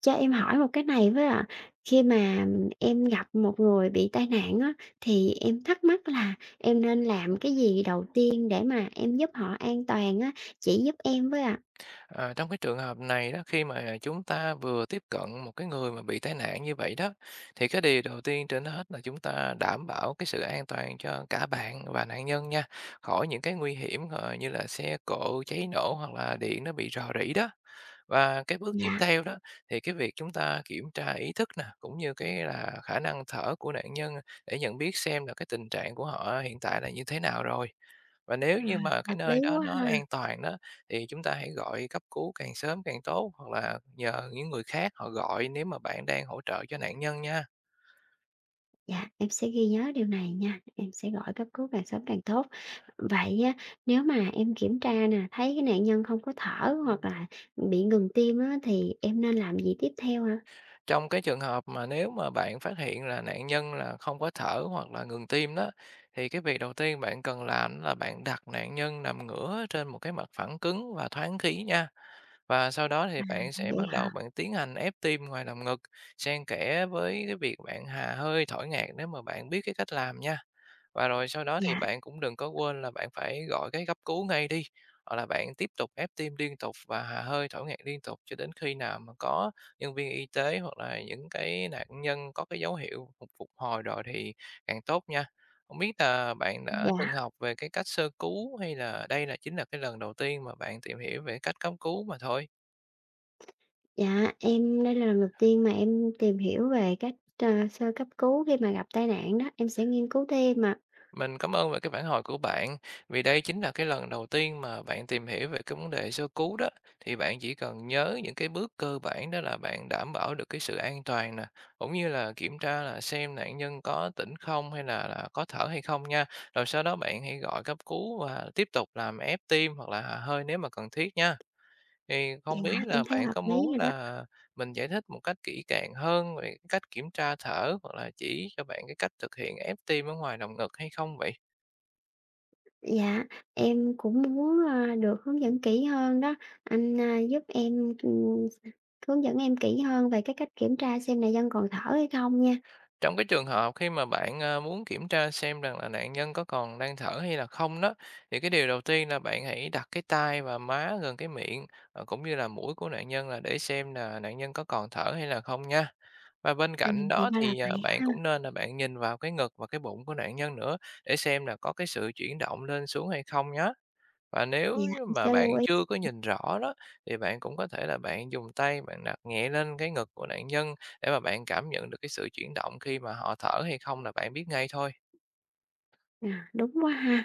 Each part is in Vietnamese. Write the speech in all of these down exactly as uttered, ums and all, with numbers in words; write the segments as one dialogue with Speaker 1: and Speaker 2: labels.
Speaker 1: Cho em hỏi một cái này với ạ, khi mà em gặp một người bị tai nạn á, thì em thắc mắc là em nên làm cái gì đầu tiên để mà em giúp họ an toàn á, chỉ giúp em với ạ?
Speaker 2: À, trong cái trường hợp này đó, khi mà chúng ta vừa tiếp cận một cái người mà bị tai nạn như vậy đó, thì cái điều đầu tiên trên hết là chúng ta đảm bảo cái sự an toàn cho cả bạn và nạn nhân nha, khỏi những cái nguy hiểm ờ, như là xe cộ cháy nổ hoặc là điện nó bị rò rỉ đó. Và cái bước tiếp
Speaker 1: Dạ,
Speaker 2: theo đó thì cái việc chúng ta kiểm tra ý thức nè cũng như cái là khả năng thở của nạn nhân, để nhận biết xem là cái tình trạng của họ hiện tại là như thế nào rồi. Và
Speaker 1: à,
Speaker 2: nếu như mà cái
Speaker 1: hợp lý
Speaker 2: nơi đó
Speaker 1: quá
Speaker 2: nó
Speaker 1: ha.
Speaker 2: an toàn đó, thì chúng ta hãy gọi cấp cứu càng sớm càng tốt, hoặc là nhờ những người khác họ gọi nếu mà bạn đang hỗ trợ cho nạn nhân nha.
Speaker 1: Dạ, em sẽ ghi nhớ điều này nha, em sẽ gọi cấp cứu càng sớm càng tốt. Vậy á, nếu mà em kiểm tra nè, thấy cái nạn nhân không có thở hoặc là bị ngừng tim á, thì em nên làm gì tiếp theo hả?
Speaker 2: Trong cái trường hợp mà nếu mà bạn phát hiện là nạn nhân là không có thở hoặc là ngừng tim đó, thì cái việc đầu tiên bạn cần làm là bạn đặt nạn nhân nằm ngửa trên một cái mặt phẳng cứng và thoáng khí nha. Và sau đó thì bạn sẽ
Speaker 1: Vậy
Speaker 2: bắt
Speaker 1: hả?
Speaker 2: đầu bạn tiến hành ép tim ngoài lồng ngực, xen kẽ với cái việc bạn hà hơi, thổi ngạt nếu mà bạn biết cái cách làm nha. Và rồi sau đó thì
Speaker 1: Dạ,
Speaker 2: bạn cũng đừng có quên là bạn phải gọi cái cấp cứu ngay đi, hoặc là bạn tiếp tục ép tim liên tục và hà hơi thổi ngạt liên tục cho đến khi nào mà có nhân viên y tế, hoặc là những cái nạn nhân có cái dấu hiệu phục phục hồi rồi thì càng tốt nha. Không biết là bạn đã từng
Speaker 1: dạ.
Speaker 2: học về cái cách sơ cứu, hay là đây là chính là cái lần đầu tiên mà bạn tìm hiểu về cách cấp cứu mà thôi?
Speaker 1: Dạ, em đây là lần đầu tiên mà em tìm hiểu về cách, ờ, sơ cấp cứu khi mà gặp tai nạn đó, em sẽ nghiên cứu thêm ạ.
Speaker 2: Mình cảm ơn về cái phản hồi của bạn. Vì đây chính là cái lần đầu tiên mà bạn tìm hiểu về cái vấn đề sơ cứu đó, thì bạn chỉ cần nhớ những cái bước cơ bản đó là bạn đảm bảo được cái sự an toàn nè, cũng như là kiểm tra là xem nạn nhân có tỉnh không, hay là là có thở hay không nha. Rồi sau đó bạn hãy gọi cấp cứu và tiếp tục làm ép tim hoặc là hà hơi nếu mà cần thiết nha. Thì
Speaker 1: Dạ,
Speaker 2: không biết
Speaker 1: em
Speaker 2: là
Speaker 1: thấy
Speaker 2: bạn
Speaker 1: hợp
Speaker 2: có
Speaker 1: lý
Speaker 2: muốn
Speaker 1: rồi đó.
Speaker 2: là mình giải thích một cách kỹ càng hơn về cái cách kiểm tra thở, hoặc là chỉ cho bạn cái cách thực hiện ép tim ở ngoài lồng ngực hay không vậy?
Speaker 1: Dạ, em cũng muốn, a, được hướng dẫn kỹ hơn đó, anh, a, giúp em, ừm, hướng dẫn em kỹ hơn về cái cách kiểm tra xem là dân còn thở hay không nha.
Speaker 2: Trong cái trường hợp khi mà bạn, à, muốn kiểm tra xem rằng là nạn nhân có còn đang thở hay là không đó, thì cái điều đầu tiên là bạn hãy đặt cái tai và má gần cái miệng, ờ, cũng như là mũi của nạn nhân, là để xem là nạn nhân có còn thở hay là không nha. Và bên
Speaker 1: À,
Speaker 2: cạnh
Speaker 1: thì
Speaker 2: đó
Speaker 1: ra là
Speaker 2: thì, à,
Speaker 1: vậy
Speaker 2: bạn
Speaker 1: ha.
Speaker 2: cũng nên là bạn nhìn vào cái ngực và cái bụng của nạn nhân nữa, để xem là có cái sự chuyển động lên xuống hay không nhé. Và nếu
Speaker 1: Dạ,
Speaker 2: như
Speaker 1: em
Speaker 2: mà
Speaker 1: sẽ
Speaker 2: bạn
Speaker 1: lưu.
Speaker 2: chưa có nhìn rõ đó, thì bạn cũng có thể là bạn dùng tay bạn đặt nhẹ lên cái ngực của nạn nhân, để mà bạn cảm nhận được cái sự chuyển động khi mà họ thở hay không là bạn biết ngay thôi.
Speaker 1: À, đúng quá ha.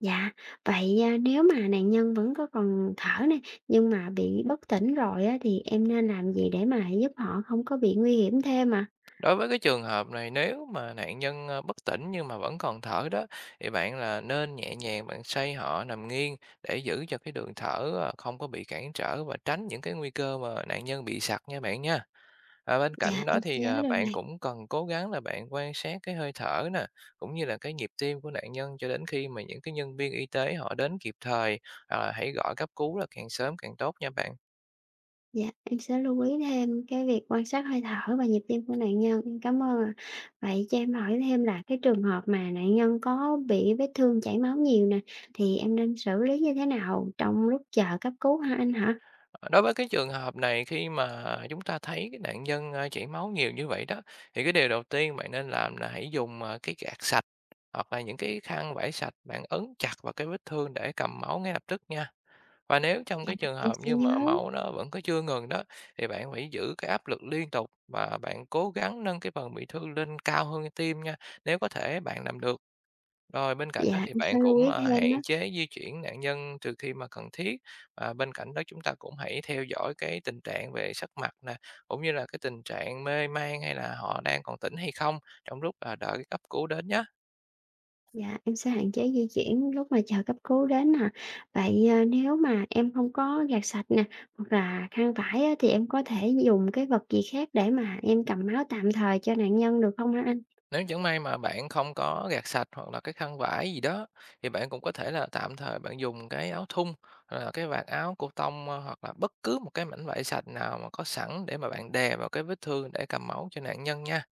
Speaker 1: Dạ, vậy, a, nếu mà nạn nhân vẫn có còn thở nè, nhưng mà bị bất tỉnh rồi á, thì em nên làm gì để mà giúp họ không có bị nguy hiểm thêm à?
Speaker 2: Đối với cái trường hợp này, nếu mà nạn nhân, ơ, bất tỉnh nhưng mà vẫn còn thở đó, thì bạn là nên nhẹ nhàng bạn xoay họ nằm nghiêng, để giữ cho cái đường thở, ờ, không có bị cản trở và tránh những cái nguy cơ mà nạn nhân bị sặc nha bạn nha. Và bên
Speaker 1: Dạ,
Speaker 2: cạnh đó
Speaker 1: em sẽ
Speaker 2: thì,
Speaker 1: nhớ
Speaker 2: à,
Speaker 1: điều
Speaker 2: bạn
Speaker 1: này.
Speaker 2: cũng cần cố gắng là bạn quan sát cái hơi thở nè, cũng như là cái nhịp tim của nạn nhân, cho đến khi mà những cái nhân viên y tế họ đến kịp thời, hoặc là hãy gọi cấp cứu là càng sớm càng tốt nha bạn.
Speaker 1: Dạ, em sẽ lưu ý thêm cái việc quan sát hơi thở và nhịp tim của nạn nhân. Em cảm ơn ạ. Vậy cho em hỏi thêm là cái trường hợp mà nạn nhân có bị vết thương chảy máu nhiều nè, thì em nên xử lý như thế nào trong lúc chờ cấp cứu hả anh hả?
Speaker 2: Ờ, Đối với cái trường hợp này, khi mà chúng ta thấy cái nạn nhân, a, chảy máu nhiều như vậy đó, thì cái điều đầu tiên bạn nên làm là hãy dùng, à, cái gạt sạch hoặc là những cái khăn vải sạch bạn ấn chặt vào cái vết thương để cầm máu ngay lập tức nha. Và nếu trong cái trường
Speaker 1: Em
Speaker 2: hợp
Speaker 1: sẽ
Speaker 2: như mà
Speaker 1: nhớ.
Speaker 2: máu nó vẫn có chưa ngừng đó, thì bạn phải giữ cái áp lực liên tục và bạn cố gắng nâng cái phần bị thương lên cao hơn tim nha, nếu có thể bạn làm được. Rồi bên cạnh đó
Speaker 1: Dạ,
Speaker 2: thì
Speaker 1: em sẽ
Speaker 2: bạn
Speaker 1: lưu
Speaker 2: cũng,
Speaker 1: ý
Speaker 2: à,
Speaker 1: thêm
Speaker 2: hạn
Speaker 1: đó.
Speaker 2: chế di chuyển nạn nhân trừ khi mà cần thiết, và bên cạnh đó chúng ta cũng hãy theo dõi cái tình trạng về sắc mặt nè, cũng như là cái tình trạng mê man hay là họ đang còn tỉnh hay không, trong lúc, à, đợi cái cấp cứu đến nhé.
Speaker 1: Dạ, em sẽ hạn chế di chuyển lúc mà chờ cấp cứu đến nè. Vậy, à, nếu mà em không có gạt sạch nè, hoặc là khăn vải á, thì em có thể dùng cái vật gì khác để mà em cầm máu tạm thời cho nạn nhân được không hả anh?
Speaker 2: Nếu chẳng may mà bạn không có gạt sạch hoặc là cái khăn vải gì đó, thì bạn cũng có thể là tạm thời bạn dùng cái áo thun hoặc là cái vạt áo cô tông, ờ, hoặc là bất cứ một cái mảnh vải sạch nào mà có sẵn để mà bạn đè vào cái vết thương để cầm máu cho nạn nhân nha.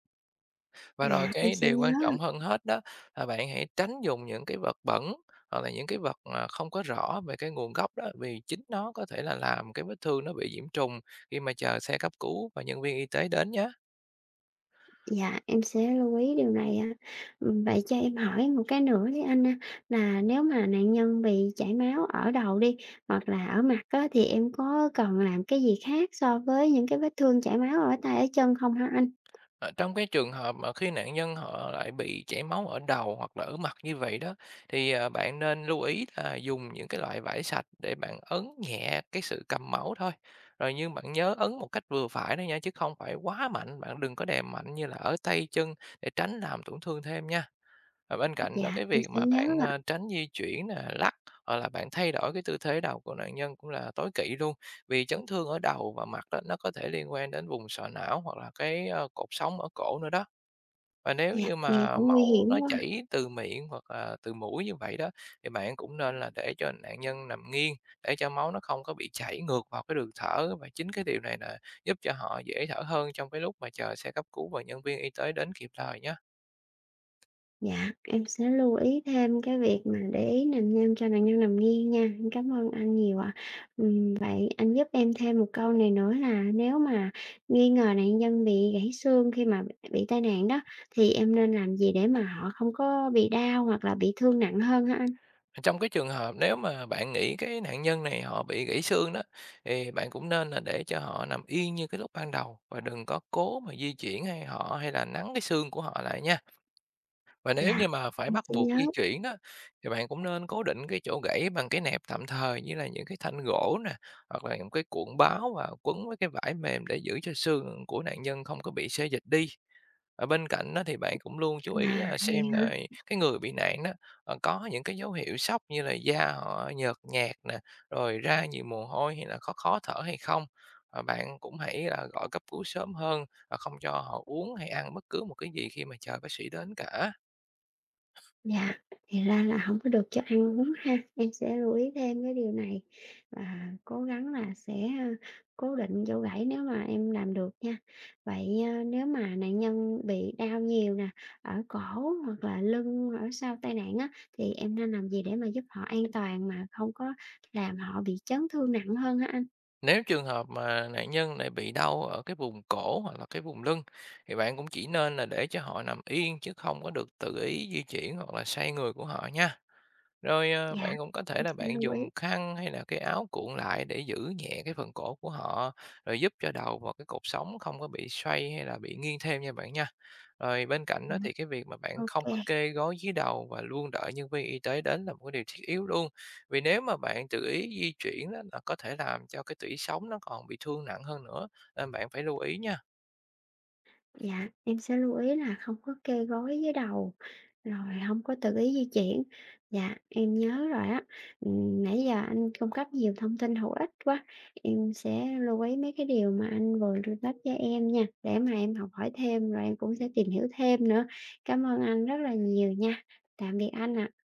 Speaker 2: Và rồi
Speaker 1: Dạ, em
Speaker 2: cái
Speaker 1: sẽ
Speaker 2: điều
Speaker 1: nhớ,
Speaker 2: quan trọng hơn hết đó là bạn hãy tránh dùng những cái vật bẩn, hoặc là những cái vật mà không có rõ về cái nguồn gốc đó, vì chính nó có thể là làm cái vết thương nó bị nhiễm trùng khi mà chờ xe cấp cứu và nhân viên y tế đến nhé.
Speaker 1: dạ, em sẽ lưu ý điều này á. Ừm, vậy cho em hỏi một cái nữa đi anh ha, là nếu mà nạn nhân bị chảy máu ở đầu đi, hoặc là ở mặt á, thì em có cần làm cái gì khác so với những cái vết thương chảy máu ở tay, ở chân không hả anh?
Speaker 2: Ờ, Trong cái trường hợp mà khi nạn nhân họ lại bị chảy máu ở đầu hoặc là ở mặt như vậy đó, thì, à, bạn nên lưu ý là dùng những cái loại vải sạch để bạn ấn nhẹ cái sự cầm máu thôi. Rồi nhưng bạn nhớ ấn một cách vừa phải thôi nha, chứ không phải quá mạnh, bạn đừng có đè mạnh như là ở tay chân, để tránh làm tổn thương thêm nha. Và bên cạnh đó
Speaker 1: Dạ,
Speaker 2: cái
Speaker 1: em
Speaker 2: việc
Speaker 1: sẽ
Speaker 2: mà
Speaker 1: nhớ
Speaker 2: bạn,
Speaker 1: ạ.
Speaker 2: a, tránh di chuyển nè, lắc hoặc là bạn thay đổi cái tư thế đầu của nạn nhân cũng là tối kỵ luôn, vì chấn thương ở đầu và mặt đó nó có thể liên quan đến vùng sọ não, hoặc là cái, ơ, cột sống ở cổ nữa đó. Và nếu
Speaker 1: Dạ,
Speaker 2: như
Speaker 1: nghe
Speaker 2: mà
Speaker 1: cũng nguy
Speaker 2: máu
Speaker 1: hiểm
Speaker 2: nó
Speaker 1: quá.
Speaker 2: chảy từ miệng hoặc là từ mũi như vậy đó, thì bạn cũng nên là để cho nạn nhân nằm nghiêng, để cho máu nó không có bị chảy ngược vào cái đường thở, và chính cái điều này là giúp cho họ dễ thở hơn trong cái lúc mà chờ xe cấp cứu và nhân viên y tế đến kịp thời nhé.
Speaker 1: Dạ, em sẽ lưu ý thêm cái việc mà để ý nằm nghiêng cho nạn nhân nằm nghiêng nha. Em cảm ơn anh nhiều ạ. Ừm, vậy anh giúp em thêm một câu này nữa là nếu mà nghi ngờ nạn nhân bị gãy xương khi mà bị tai nạn đó, thì em nên làm gì để mà họ không có bị đau hoặc là bị thương nặng hơn hả anh?
Speaker 2: Trong cái trường hợp nếu mà bạn nghĩ cái nạn nhân này họ bị gãy xương đó, thì bạn cũng nên là để cho họ nằm yên như cái lúc ban đầu, và đừng có cố mà di chuyển hay họ hay là nắn cái xương của họ lại nha. Và nếu như
Speaker 1: Dạ,
Speaker 2: mà phải
Speaker 1: em
Speaker 2: bắt
Speaker 1: sẽ
Speaker 2: buộc
Speaker 1: nhớ.
Speaker 2: di chuyển đó, thì bạn cũng nên cố định cái chỗ gãy bằng cái nẹp tạm thời, như là những cái thanh gỗ nè, hoặc là những cái cuộn báo, và quấn với cái vải mềm để giữ cho xương của nạn nhân không có bị xê dịch đi. Và bên cạnh đó thì bạn cũng luôn chú ý
Speaker 1: À,
Speaker 2: là
Speaker 1: vậy
Speaker 2: xem
Speaker 1: hả?
Speaker 2: là cái người bị nạn đó, ờ, có những cái dấu hiệu sốc như là da họ nhợt nhạt nè, rồi ra nhiều mồ hôi, hay là có khó thở hay không. Và bạn cũng hãy là gọi cấp cứu sớm hơn, và không cho họ uống hay ăn bất cứ một cái gì khi mà chờ bác sĩ đến cả.
Speaker 1: Dạ, thì ra là không có được cho ăn uống ha. Em sẽ lưu ý thêm cái điều này và cố gắng là sẽ, a, cố định chỗ gãy nếu mà em làm được nha. Vậy, a, nếu mà nạn nhân bị đau nhiều nè, ở cổ hoặc là lưng ở sau tai nạn á, thì em nên làm gì để mà giúp họ an toàn mà không có làm họ bị chấn thương nặng hơn hả anh?
Speaker 2: Nếu trường hợp mà nạn nhân lại bị đau ở cái vùng cổ hoặc là cái vùng lưng, thì bạn cũng chỉ nên là để cho họ nằm yên, chứ không có được tự ý di chuyển hoặc là xoay người của họ nha. Rồi, ờ,
Speaker 1: Dạ,
Speaker 2: bạn cũng có thể
Speaker 1: em
Speaker 2: là
Speaker 1: sẽ
Speaker 2: bạn
Speaker 1: lưu ý.
Speaker 2: dùng khăn hay là cái áo cuộn lại để giữ nhẹ cái phần cổ của họ, rồi giúp cho đầu và cái cột sống không có bị xoay hay là bị nghiêng thêm nha bạn nha. Rồi bên cạnh đó thì
Speaker 1: Dạ,
Speaker 2: cái việc mà bạn
Speaker 1: ô.
Speaker 2: không có kê gối dưới đầu và luôn đợi nhân viên y tế đến là một cái điều thiết yếu luôn. Vì nếu mà bạn tự ý di chuyển đó, là có thể làm cho cái tủy sống nó còn bị thương nặng hơn nữa, nên bạn phải lưu ý nha.
Speaker 1: Dạ, em sẽ lưu ý là không có kê gối với đầu. Rồi, không có tự ý di chuyển. Dạ, em nhớ rồi á. Ừm, nãy giờ anh cung cấp nhiều thông tin hữu ích quá, em sẽ lưu ý mấy cái điều mà anh vừa đưa tích cho em nha, để mà em học hỏi thêm, rồi em cũng sẽ tìm hiểu thêm nữa. Cảm ơn anh rất là nhiều nha. Tạm biệt anh ạ.